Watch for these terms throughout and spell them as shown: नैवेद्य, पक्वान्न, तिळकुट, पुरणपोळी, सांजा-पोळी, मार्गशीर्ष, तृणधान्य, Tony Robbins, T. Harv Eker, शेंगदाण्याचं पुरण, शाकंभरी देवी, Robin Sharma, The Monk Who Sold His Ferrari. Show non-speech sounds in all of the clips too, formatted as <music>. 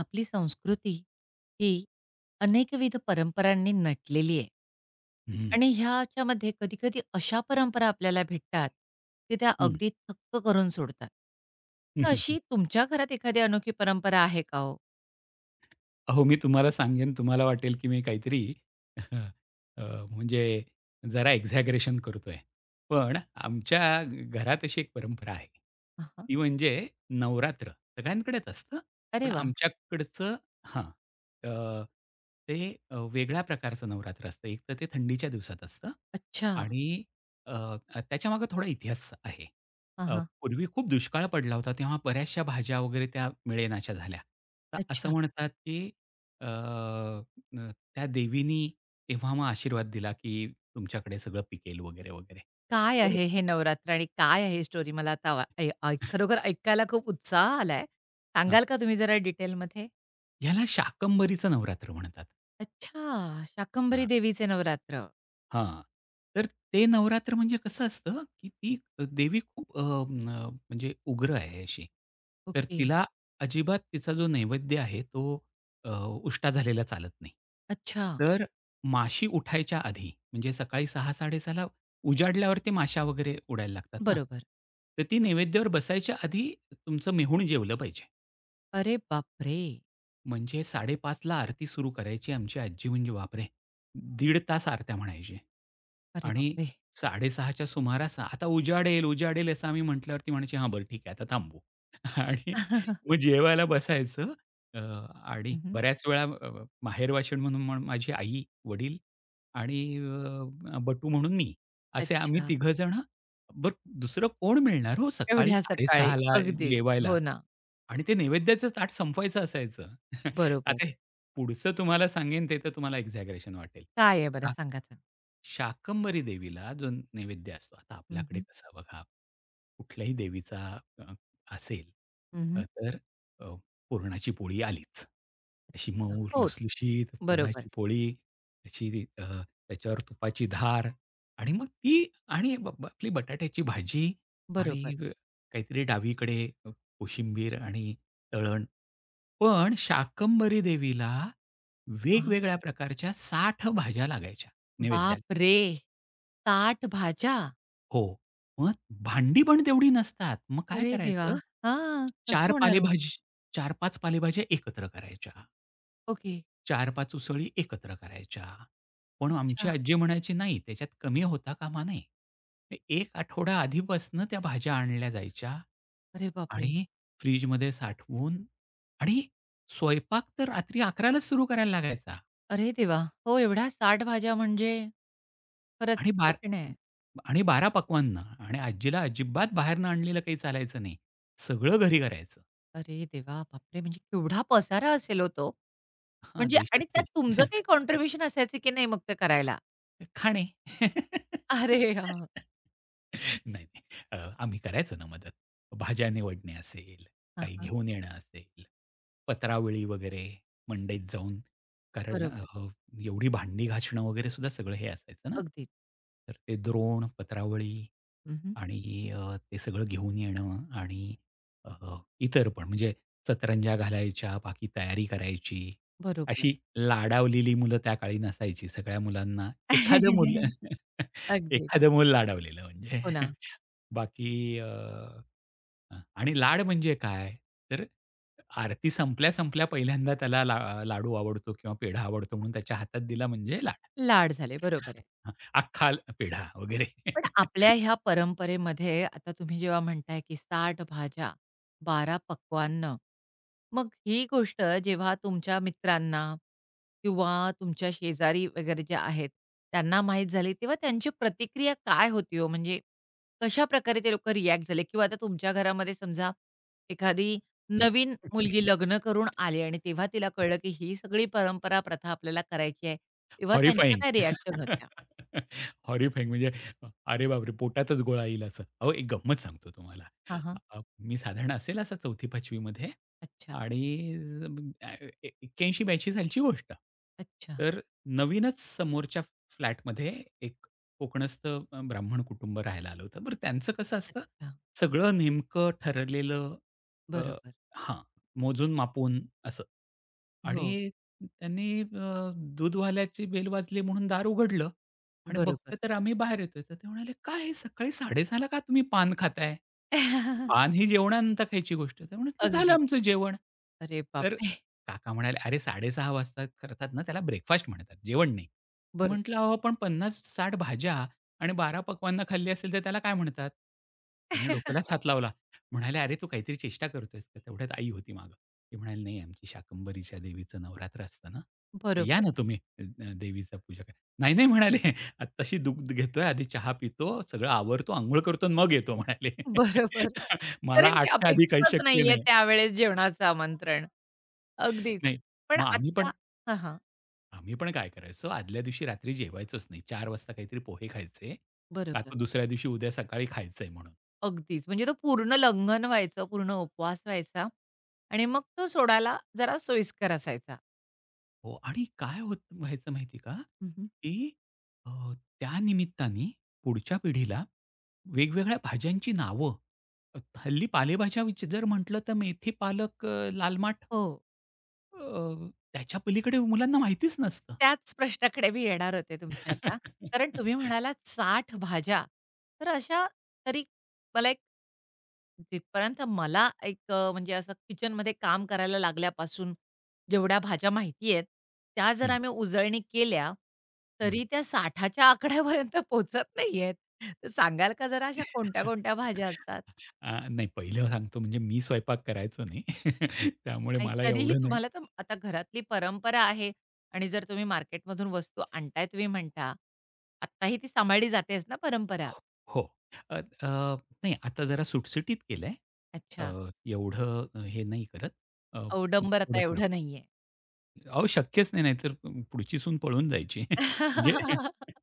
आपली संस्कृती ही अनेकविध परंपरांनी नटलेली आहे हं, आणि ह्याच्यामध्ये कधी-कधी अशा परंपरा आपल्याला भेटतात, की त्या हं. अगदी थक्क करून सोडतात. तर हं, अशी तुमच्या घरात एखादी अनोखी परंपरा आहे का हो? अहो, मी तुम्हाला सांगेन, तुम्हाला वाटेल की मी काहीतरी <laughs> अ, म्हणजे जरा एक्झॅगरेशन करतोय. पण आमच्या घरात अशी एक परंपरा आहे. हां, ती म्हणजे नवरात्र सगळ्यांकडेच असतं, पण अरे वाह! आमच्याकडचं हां. अ, ते वेगळ्या प्रकारचं नवरात्र असतं. एक तर ते थंडीच्या दिवसात असतं अच्छा. आणि अ, त्याच्यामागे थोडा इतिहास आहे. हां, पूर्वी खूप दुष्काळ पडला होता, तेव्हा बऱ्याचशा भाज्या वगैरे त्या मिळेनाशा झाल्या. तर असं अच्छा. म्हणतात की अ, न त्या देवीनी तेव्हा मग आशीर्वाद दिला, की तुमच्याकडे सगळं पिकेल वगैरे, वगैरे. काय तर आहे हे नवरात्र आणि काय आहे स्टोरी? मला आता वा ऐ ऐ <laughs> खरोखर ऐकायला खूप उत्साह आलाय. हां. सांगाल का तुम्ही जरा डिटेलमध्ये? ह्याला शाकंभरीचं नवरात्र म्हणतात. अच्छा! शाकंभरी देवीचे नवरात्र. हां. तर ते नवरात्र म्हणजे कसं असतं, की ती देवी खूप म्हणजे उग्र आहे अशी. तर ओके. तिला अजिबात तिचा जो नैवेद्य आहे तो अ, उष्टा झालेला चालत नाही. अच्छा. तर माशी उठायच्या आधी म्हणजे सकाळी 6:00-6:30 ला ते माशा वगैरे उडायला लागतात ना. बरोबर. तर ती नैवेद्यावर बसायच्या आधी तुमचं मेहूण जेवलं पाहिजे. अरे बापरे! म्हणजे 5:30ला आरती सुरू करायची आमची आजी म्हणजे बापरे! दीड तास आरत्या म्हणायची. अरे आणि बापरे! 6:30च्या सुमारास आता उजाडेल, उजाडेल असं आम्ही म्हटल्यावर म्हणायची, "हां, बरं ठीक आहे आता थांबू." <laughs> आणि मग <laughs> जेवायला बसायचं, अ, आणि हं, हं. बऱ्याच वेळा माहेरवाशीण म्हणून माझी आई, वडील आणि बटू म्हणून मी असे आम्ही अच्छा. तिघं जण. बरं, दुसरं कोण मिळणार हो सकाळी एवढ्या सकाळी. 6:30ला अगदी. जेवायला? हो ना. आणि ते नैवेद्याचं ताट संपवायचं असायचं. <laughs> बरोबर. आता हे पुढचं तुम्हाला सांगेन ते तर तुम्हाला एक्झॅगरेशन वाटेल. काय आहे बरं सांगा तर? शाकंभरी देवीला जो नैवेद्य असतो, आता हं, आपल्याकडे हं. कसा बघा, कुठल्याही देवीचा अ, असेल, अ, हं, तर अ, पुरणाची पोळी आलीच. अशी मऊ हो. लुसलुशीत पुरणाची बरोबर, पोळी, अशी अ, त्याच्यावर तुपाची धार आणि मग ती आणि ब ब आपली बटाट्याची भाजी आणि बरोबर. काहीतरी डावीकडे कोशिंबीर आणि तळण. पण शाकंभरी देवीला हां, हां. वेगवेगळ्या प्रकारच्या 60 भाज्या लागायच्या नैवेद्याला. बापरे! 60 भाज्या? हो. मग भांडी पण तेवढी नसतात. मग काय अरे देवा! करायचं? हां. कसं 4 होणार मग? पालेभाजी 4-5 पालेभाज्या एकत्र करायच्या. ओके. 4-5 उसळी एकत्र करायच्या. पण आमची अच्छा. आजी म्हणायची, "नाही, त्याच्यात कमी होता कामा नये." मग 1 आठवडा आधीपासनं त्या भाज्या आणल्या जायच्या अरे बापरे! आणि फ्रिजमध्ये साठवून, आणि स्वयंपाक तर रात्री 11:00 सुरू करायला लागायचा. अरे देवा! हो एवढ्या 60 भाज्या म्हणजे खरंच आणि बार कठीण आहे. आणि 12 पक्वांना, आणि आजीला अजिबात बाहेरनं आणलेलं काही चालायचं नाही. सगळं घरी करायचं. अरे देवा! बापरे! म्हणजे केवढा पसारा असेल हो हां, म्हणजे आणि देशस्थिती. त्यात तुमचं काही कॉन्ट्रिब्युशन असायचं की नाही मग ते करायला? खाणे. अरे हां. नाही, नाही. आम्ही करायचो ना मदत. भाज्या निवडणे असेल, हां, काही हां. घेऊन येणं असेल, पत्रावळी वगैरे मंडईत जाऊन, कारण बरोबर. एवढी भांडी घासणं वगैरे सुद्धा सगळं हे असायचं ना. अगदीच. तर ते द्रोण, पत्रावळी हं, हं. आणि ते सगळं घेऊन येणं आणि अ, इतर पण म्हणजे सतरंजा घालायच्या, बाकी तयारी करायची. बरोबर. अशी लाडावलेली मुलं त्या काळी नसायची, सगळ्या मुलांना. एखादं मुल <laughs> <laughs> अगदीच. एखादं मूल लाडावलेलं म्हणजे. हो ना. <laughs> बाकी अ, हां, आणि लाड म्हणजे काय? तर आरती संपल्या, संपल्या पहिल्यांदा त्याला लाडू आवडतो किंवा पेढा आवडतो म्हणून त्याच्या हातात दिला म्हणजे लाड. लाड झाले. बरोबर आहे. हां, अख्खा पेढा वगैरे. पण आपल्या ह्या परंपरेमध्ये आता तुम्ही जेव्हा म्हणताय, की 60 भाज्या, बारा पक्वान्न. मग ही गोष्ट जेव्हा तुमच्या मित्रांना किंवा तुमच्या शेजारी वगैरे जे आहेत, त्यांना माहीत झाली तेव्हा त्यांची प्रतिक्रिया काय होती हो? म्हणजे कशाप्रकारे ते लोकं रिॲक्ट झाले? किंवा आता तुमच्या घरामध्ये समजा एखादी नवीन <laughs> मुलगी लग्न करून आली आणि तेव्हा तिला कळलं, की ही सगळी परंपरा, प्रथा आपल्याला करायची आहे. तेव्हा त्यांच्या हॉरिफाइंग. काय रिॲक्शन होत्या? हॉरिफाइंग <laughs> म्हणजे अरे बापरे! पोटातच गोळा येईल असं. अहो, एक गंमत सांगतो तुम्हाला. हां, अ, हां. अ, मी साधारण असेल असा 4थी-5वी मध्ये, अच्छा, आणि अ, 81 82 सालची गोष्ट. अच्छा. तर नवीनच समोरच्या फ्लॅटमध्ये एक कोकणस्थ ब्राह्मण कुटुंब राहायला आलं होतं. बरं त्यांचं कसं असतं, अच्छा. सगळं नेमकं ठरलेलं, अ, बरोबर. हां, मोजून मापून असं. हो, आणि त्यांनी दूधवाल्याची बेल वाजली म्हणून दार उघडलं, आणि बरोबर. बघतोय तर आम्ही बाहेर येतोय. तर ते म्हणाले, "काय हे सकाळी साड़े ला का तुम्ही पान खाताय? <laughs> पान ही जेवणानंतर खायची गोष्ट आहे." तर म्हटलं, "झालं अगदी. आमचं जेवण." अरे तर बापरे! काका म्हणाले, "अरे 6:30 वाजता करतात ना त्याला ब्रेकफास्ट म्हणतात, जेवण नाही." म्हटलं, बरोबर. "अहो पण 50-60 भाज्या आणि 12 पक्वान्न खाल्ली असेल तर त्याला काय म्हणतात?" त्यांनी <laughs> डोक्यालाच हात लावला. म्हणाले, "अरे तू काहीतरी चेष्टा करतोयस का?" तेवढ्यात आई होती मागं. ते म्हणाले, "नाही, आमची शाकंभरीच्या देवीचं नवरात्र असतं ना, या बरोबर, ना तुम्ही देवीचा पूजा करायला." "नाही, नाही," म्हणाले, "आत्ताशी दूध घेतोय, आधी चहा पितो, सगळं आवरतो, अंघोळ करतो आणि मग येतो," म्हणाले. बरोबर. <laughs> "मला कारण ते 8च्या आधी काही अपेक्षितच शक्य नाहीये नाही." त्यावेळेस जेवणाचं आमंत्रण. अगदीच. नाही, पण मग आता हां, हां. आम्ही पण काय करायचो, आदल्या दिवशी रात्री जेवायचोच नाही. 4 वाजता काहीतरी पोहे खायचे. का बरोबर. तर दुसऱ्या दिवशी उद्या सकाळी खायचंय म्हणून. अगदीच. म्हणजे तो पूर्ण लंघन व्हायचं, पूर्ण उपवास व्हायचा आणि मग तो सोडायला जरा सोयीस्कर असायचा. हो, आणि काय होत व्हायचं माहिती आहे का, हं, की अ, त्या निमित्ताने पुढच्या पिढीला वेगवेगळ्या भाज्यांची नावं, अ, हल्ली पालेभाज्या विच जर म्हटलं तर मेथी, पालक, लाल माठ, हो. त्याच्या पलीकडे मुलांना माहितीच नसतं. त्याच प्रश्नाकडे मी येणार होते तुमच्या आता. <laughs> कारण तुम्ही म्हणालात 60 भाज्या. तर अशा तरी मला एक जिथपर्यंत मला एक म्हणजे असं किचनमध्ये काम करायला लागल्यापासून जेवढ्या भाज्या माहिती आहेत, त्या जर हं, आम्ही उजळणी केल्या, हं. तरी त्या 60 च्या आकड्यापर्यंत पोहोचत नाहीयेत. तर सांगाल का जरा अशा कोणत्या-कोणत्या भाज्या असतात? नाही, पहिलं सांगतो म्हणजे मी स्वयंपाक करायचो नाही. <laughs> त्यामुळे नाही, मला तरीही एवढं नाही तुम्हाला तर आता घरातली परंपरा आहे आणि जर तुम्ही मार्केटमधून वस्तू आणताय तुम्ही म्हणता. आत्ताही ती सांभाळली जातेच ना परंपरा. हो. अ, अ, नाही आता जरा सुटसुटीत केलंय. अ, अच्छा. एवढं हे नाही करत. अ, अवडंबर आता थोडं प्र एवढं नाहीये. अहो शक्यच नाही, नाहीतर पुढची सून पळून जायची. म्हणजे <laughs>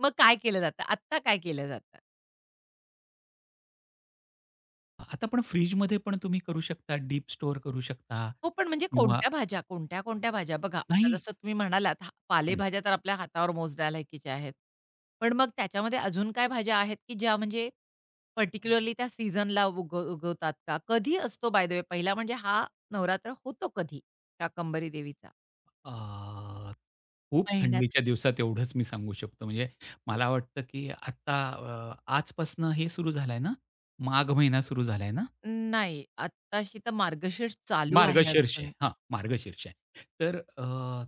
मग काय केलं जातं? आत्ता काय केलं जातं? आता पण फ्रिजमध्ये पण तुम्ही करू शकता, डीप स्टोअर करू शकता हो, पण म्हणजे किंवा. कोणत्या भाज्या, कोणत्या-कोणत्या भाज्या? बघा, आता नाही, जसं तुम्ही म्हणालात, हा हं. पालेभाज्या तर आपल्या हातावर मोजण्या लायकीच्या आहेत. पण मग त्याच्यामध्ये अजून काय भाज्या आहेत, की ज्या म्हणजे पर्टिक्युलरली त्या सीझनला उगवतात का? कधी असतो बाय द वे पहिला म्हणजे हा नवरात्र होतो कधी काकंबरी देवीचा? अ, खूप महिन्यात थंडीच्या दिवसात एवढंच मी सांगू शकतो. म्हणजे मला वाटतं, की आता आजपासनं हे सुरू झालंय ना, माघ महिना सुरू झालाय ना? नाही. आत्ताशी तर मार्गशीर्ष चालू आहे मार्गशीर्ष आहे. अजून. हां, मार्गशीर्ष आहे. तर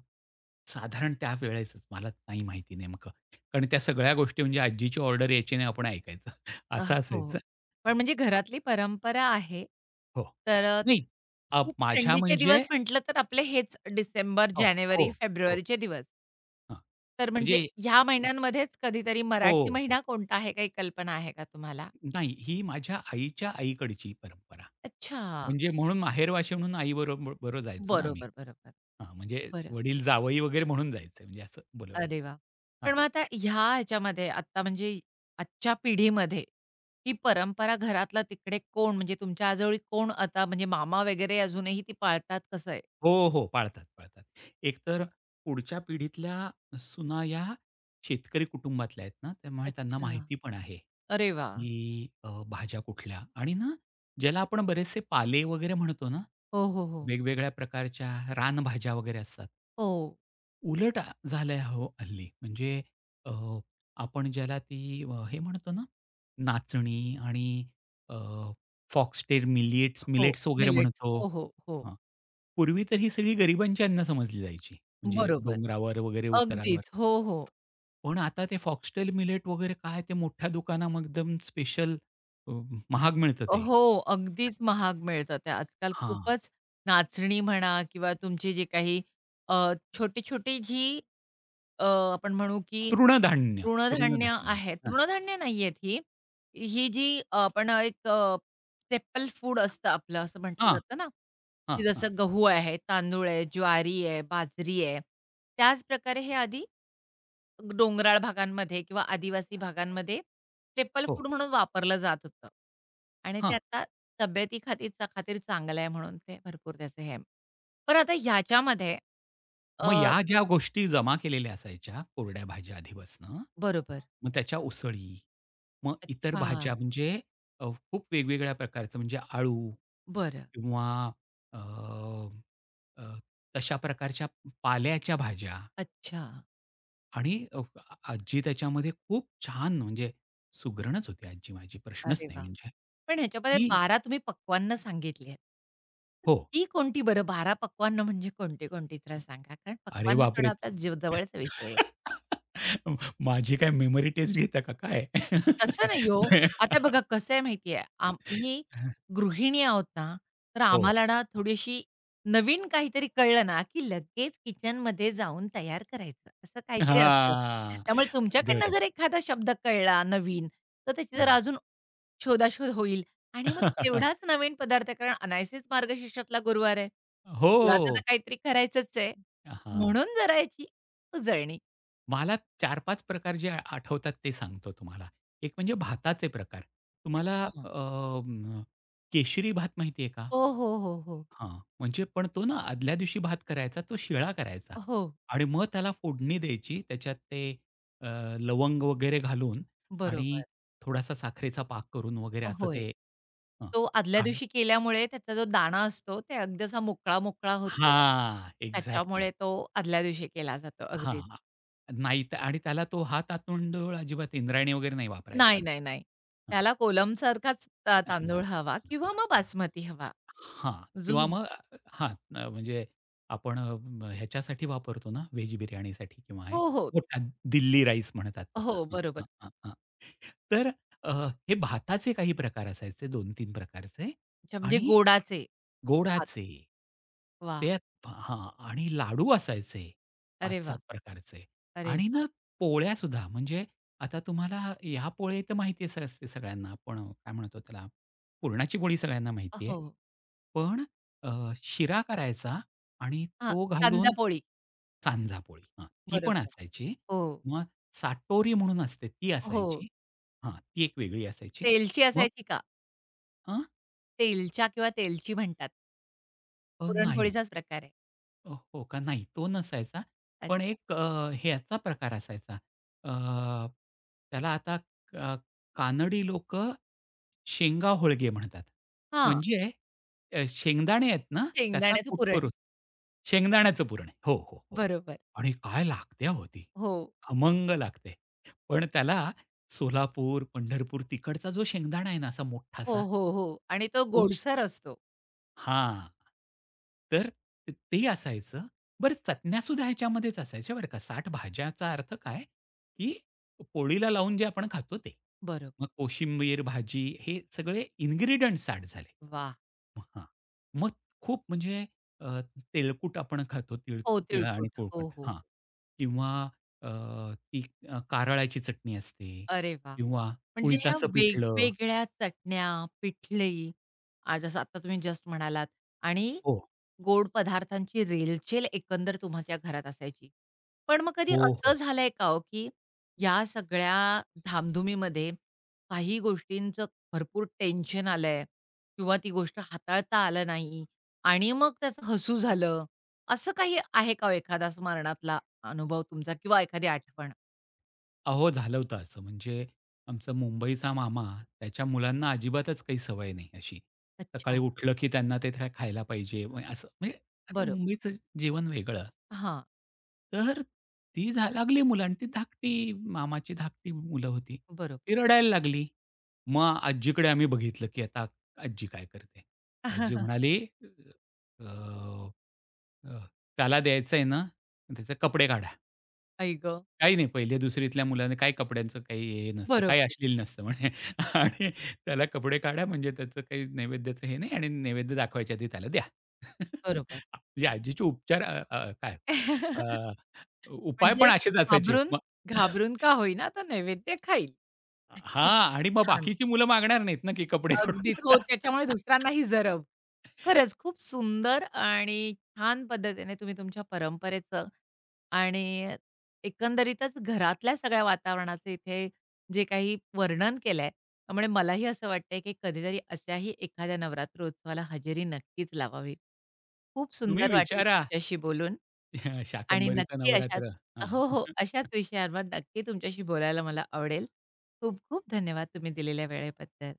साधारण त्या वेळेसच, मला नाही माहिती नेमकं. कारण त्या सगळ्या गोष्टी म्हणजे आजीची ऑर्डर यायची आणि आपण ऐकायचं <laughs> अ, असं हो. असायचं. पण म्हणजे घरातली परंपरा आहे. हो. तर नाही अ, खूप माझ्या थंडीचे दिवस म्हणजे म्हटलं तर आपले हेच डिसेंबर, हो, हो, जानेवारी, हो. फेब्रुवारीचे दिवस. हां, तर म्हणजे म्हणजे ह्या महिन्यांमध्येच कधीतरी मराठी हो, हो. महिना कोणता आहे काही कल्पना आहे का तुम्हाला? नाही, ही माझ्या आईच्या आईकडची परंपरा. अच्छा. म्हणजे म्हणून माहेरवाशी म्हणून आईबरोबर बरोबर बरोबर जायचो ना आम्ही. बरोबर, बरोबर. हां, म्हणजे बरं. वडील जावई वगैरे म्हणून जायचं म्हणजे असं बोलवायचं. अरे वाह! पण मग आता ह्याच्यामध्ये आता म्हणजे आजच्या पिढीमध्ये ही परंपरा घरातला तिकडे कोण म्हणजे तुमच्या आजोळी कोण आता म्हणजे मामा वगैरे अजूनही ती पाळतात कसं आहे? हो, हो. पाळतात, पाळतात. एकतर पुढच्या पिढीतल्या सुना या शेतकरी कुटुंबातल्या आहेत ना, त्यामुळे त्यांना अच्छा. माहिती पण आहे, अरे वाह! की भाज्या कुठल्या आणि ना, ज्याला आपण बरेचसे पाले वगैरे म्हणतो ना, हो, हो, हो. वेगवेगळ्या प्रकारच्या रानभाज्या वगैरे असतात. हो, उलट झालंय हो हल्ली. म्हणजे अ, आपण ज्याला ती अ, हे म्हणतो ना, नाचणी आणि फॉक्सटेल मिलेट्स हो. मिलेट्स वगैरे मिलेट्स. म्हणतो. हो, हो, हो. पूर्वी तर ही सगळी गरिबांची अन्न समजली जायची. म्हणजे बरोबर. डोंगरावर वगैरे उतारावर. अगदीच. हो, हो. पण आता ते फॉक्सटेल मिलेट वगैरे काय ते मोठ्या दुकानामध्ये एकदम स्पेशल महाग मिळतं ते. हो, अगदीच महाग मिळतात त्या. आजकाल हां. खूपच नाचणी म्हणा किंवा तुमची जी काही छोटी-छोटी जी अ, आपण म्हणू की तृणधान्य, तृणधान्य तृणधान्य. आहेत. हां, तृणधान्य नाहीयेत ही. ही जी आपण एक स्टेपल फूड असतं आपलं असं म्हटलं हां, जातं ना, हां, की हां. जसं गहू आहे, तांदूळ आहे, ज्वारी आहे, बाजरी आहे. त्याच प्रकारे हे आधी डोंगराळ भागांमध्ये किंवा आदिवासी भागांमध्ये स्टेपल हो, फूड म्हणून वापरलं जात होतं आणि ते हां. आता तब्येती खातीर चांगलं आहे म्हणून ते भरपूर त्याचं हे आहे. पण आता ह्याच्यामध्ये मग अ, या ज्या गोष्टी जमा केलेल्या असायच्या कोरड्या भाज्या आधीपासनं, बरोबर. मग त्याच्या उसळी, मग इतर अच्छा. भाज्या म्हणजे अ, खूप वेगवेगळ्या प्रकारचं म्हणजे आळू बरं. किंवा अ, अ, तशा प्रकारच्या पाल्याच्या भाज्या, अच्छा. आणि आजी त्याच्यामध्ये खूप छान म्हणजे सुगरणच होती आजी माझी, प्रश्नच अरे नाही वाह! म्हणजे. पण ह्याच्यामध्ये ती 12 तुम्ही पक्वान्न सांगितली आहेत. तर हो. ती कोणती बरं 12 पक्वान्न म्हणजे कोणती कोणती जरा सांगा? कारण अरे पक्वान्न थोडा बापरे! आपला जीव जवळचा विषय आहे. <laughs> माझी काय मेमरी टेस्ट घेता का काय? तसं नाही हो. आता <laughs> बघा कसं आहे माहिती आहे, आम्ही गृहिणी आहोत ना, तर हो. आम्हाला ना थोडीशी नवीन काहीतरी कळलं ना, की लगेच किचनमध्ये जाऊन तयार करायचं, असं काहीतरी असतं. हां. त्यामुळे अगदी तुमच्याकडनं बरोबर. जर एखादा शब्द कळला नवीन, तर त्याची जरा हां. अजून शोधाशोध होईल आणि मग तेवढाच <laughs> नवीन पदार्थ कारण अनायसेच मार्गशीर्षातला गुरुवार आहे. हो. गुळाचं तर काहीतरी करायचंच आहे. हां. म्हणून जरा याची उजळणी. मला 4-5 प्रकार जे आ- आठवतात ते सांगतो तुम्हाला. एक म्हणजे भाताचे प्रकार. तुम्हाला अच्छा. म, केशरी भात माहिती आहे का? हो, हो, हो, हो. हां, म्हणजे पण तो ना आदल्या दिवशी भात करायचा, तो शिळा करायचा हो, आणि मग त्याला फोडणी द्यायची. त्याच्यात ते अ, लवंग वगैरे घालून आणि बरोबर. थोडासा साखरेचा पाक करून वगैरे असं होय. ते. हं, तो आदल्या आणि दिवशी केल्यामुळे त्याचा जो दाणा असतो ते अगदी असा मोकळा-मोकळा होतो. हां, एक्झॅक्टली. त्याच्यामुळे तो आदल्या दिवशी केला जातो अगदीच. हां, नाही तर. आणि त्याला तो हात आतोंडवळ अजिबात इंद्रायणी वगैरे नाही वापरायचा. नाही, नाही, नाही. हां, त्याला कोलमसारखाच ता हां, तांदूळ हां, हवा किंवा मग बासमती हवा. हां. जो किंवा मग हां, म्हणजे आपण ह्याच्यासाठी वापरतो ना, व्हेज बिर्याणीसाठी किंवा हे हो, हो. मोठा दिल्ली राईस म्हणतात तसा. हो, हां, बरोबर. हां, हां, हां. तर अ, हे भाताचे काही प्रकार असायचे 2-3 प्रकारचे, अच्छा म्हणजे आणि गोडाचे. हां, गोडाचे. वाह! ते हां, आणि लाडू असायचे अरे वाह! 5-7 प्रकारचे अरे आणि वाह! ना पोळ्यासुद्धा. म्हणजे आता तुम्हाला ह्या पोळी तर माहिती स असते सगळ्यांना. आपण काय म्हणतो त्याला, पुरणाची पोळी सगळ्यांना माहिती आहे. हो. पण शिरा करायचा आणि हां, तो घालून सांजा-पोळी. सांजा पोळी. हां, ती पण बरोबर. असायची. हो, मग साटोरी म्हणून असते ती हो. असायची. हां, ती एक वेगळी असायची. तेलची मग असायची का? अ, तेलच्या किंवा तेलची म्हणतात. अ, नाही. पुरणपोळीचाच प्रकार आहे. हो का? नाही तो नसायचा. पण अच्छा. एक ह्याचा प्रकार असायचा, अ, त्याला आता अ, कानडी लोक शेंगा होळगे म्हणतात. म्हणजे शेंगदाणे आहेत ना, त्याचा शेंगदाण्याचं कूट पुरण. करून, शेंगदाण्याचं पुरण. हो, हो, हो. बरोबर. आणि काय लागते अहो ती. हो. खमंग लागते. पण त्याला सोलापूर, पंढरपूर तिकडचा जो शेंगदाणा आहे ना असा हो, मोठासा, हो, हो. आणि तो तो गोडसर असतो. हां. तर ते असायचं. बरं चटण्यासुद्धा ह्याच्यामध्येच असायच्या बरं का. 60 भाज्याचा अर्थ काय, की पोळीला लावून जे आपण खातो ते. बरोबर. मग कोशिंबीर भाजी हे सगळे इन्ग्रीडियंट्स 60 झाले. वाह! हां. मग खूप म्हणजे अ, तेलकूट आपण खातो तीळ हो, आणि तिळकुट. हो, कोळकट हो. हां. किंवा अ, ती कारळाची चटणी असते अरे वाह! किंवा म्हणजे ह्या कुळिथाचं पिठलं. वेगवेगळ्या चटण्या, पिठलं, जसं आता तुम्ही जस्ट म्हणालात आणि हो, गोड पदार्थांची रेलचेल एकंदर तुमच्या घरात असायची. पण मग कधी हो, हो. असं झालंय का हो, की या सगळ्या धामधुमीमध्ये काही गोष्टींचं भरपूर टेन्शन आलंय किंवा ती गोष्ट हाताळता आलं नाही आणि मग त्याचं हसू झालं, असं काही आहे का हो एखादा स्मरणातला अनुभव तुमचा किंवा एखादी आठवण? अहो, झालं होतं असं. म्हणजे आमचा मुंबईचा मामा, त्याच्या मुलांना अजिबातच काही सवय नाही अशी. सकाळी अच्छा, उठलं की त्यांना ते काय खायला पाहिजे, म्हणजे असं म्हणजे आता बरोबर. मुंबईचं जीवन वेगळं. हां, तर ती झा लागली मुलं आणि ती धाकटी मामाची धाकटी मुलं होती. बरोबर. ती रडायला लागली. मग आजीकडे आम्ही बघितलं, की आता आजी काय करते. आजी <laughs> म्हणाली, "अ, अ, त्याला द्यायचंय ना, त्याचे कपडे काढा." आई गं! काही नाही, 1ली-2रीतल्या मुलाने काही कपड्यांचं काही हे नसतं, काही बरोबर, अश्लील नसतं म्हणे. <laughs> आणि त्याला कपडे काढा, म्हणजे त्याचं काही नैवेद्याचं हे नाही, आणि नैवेद्य दाखवायच्या आधी त्याला द्या. बरोबर. <laughs> म्हणजे आजीचे उपचार, अ, अ, काय अ, <laughs> उपाय म्हणजे पण असेच असायचे. घाबरून मग घाबरून <laughs> का होईना तो नैवेद्य खाईल. हां, किती आणि मग छान. बाकीची मुलं मागणार नाहीत ना, की कपडे काढून अगदीच. हो, देता. त्याच्यामुळे <laughs> दुसऱ्यांनाही जरब. खरंच खूप सुंदर आणि छान पद्धतीने तुम्ही तुमच्या परंपरेचं आणि एकंदरीतच घरातल्या सगळ्या वातावरणाचं इथे जे काही वर्णन केलंय, त्यामुळे मलाही असं वाटतंय की कधीतरी अशाही एखाद्या नवरात्र उत्सवाला हजेरी नक्कीच लावावी. खूप तुम्ही सुंदर वाटलं विचारा तुमच्याशी बोलून <laughs> आणि शाकंभरीचा नक्की अशाच नवरात्र. हो, हो. हां. अशाच विषयांवर नक्की तुमच्याशी बोलायला मला आवडेल. खूप खूप धन्यवाद तुम्ही दिलेल्या वेळेबद्दल.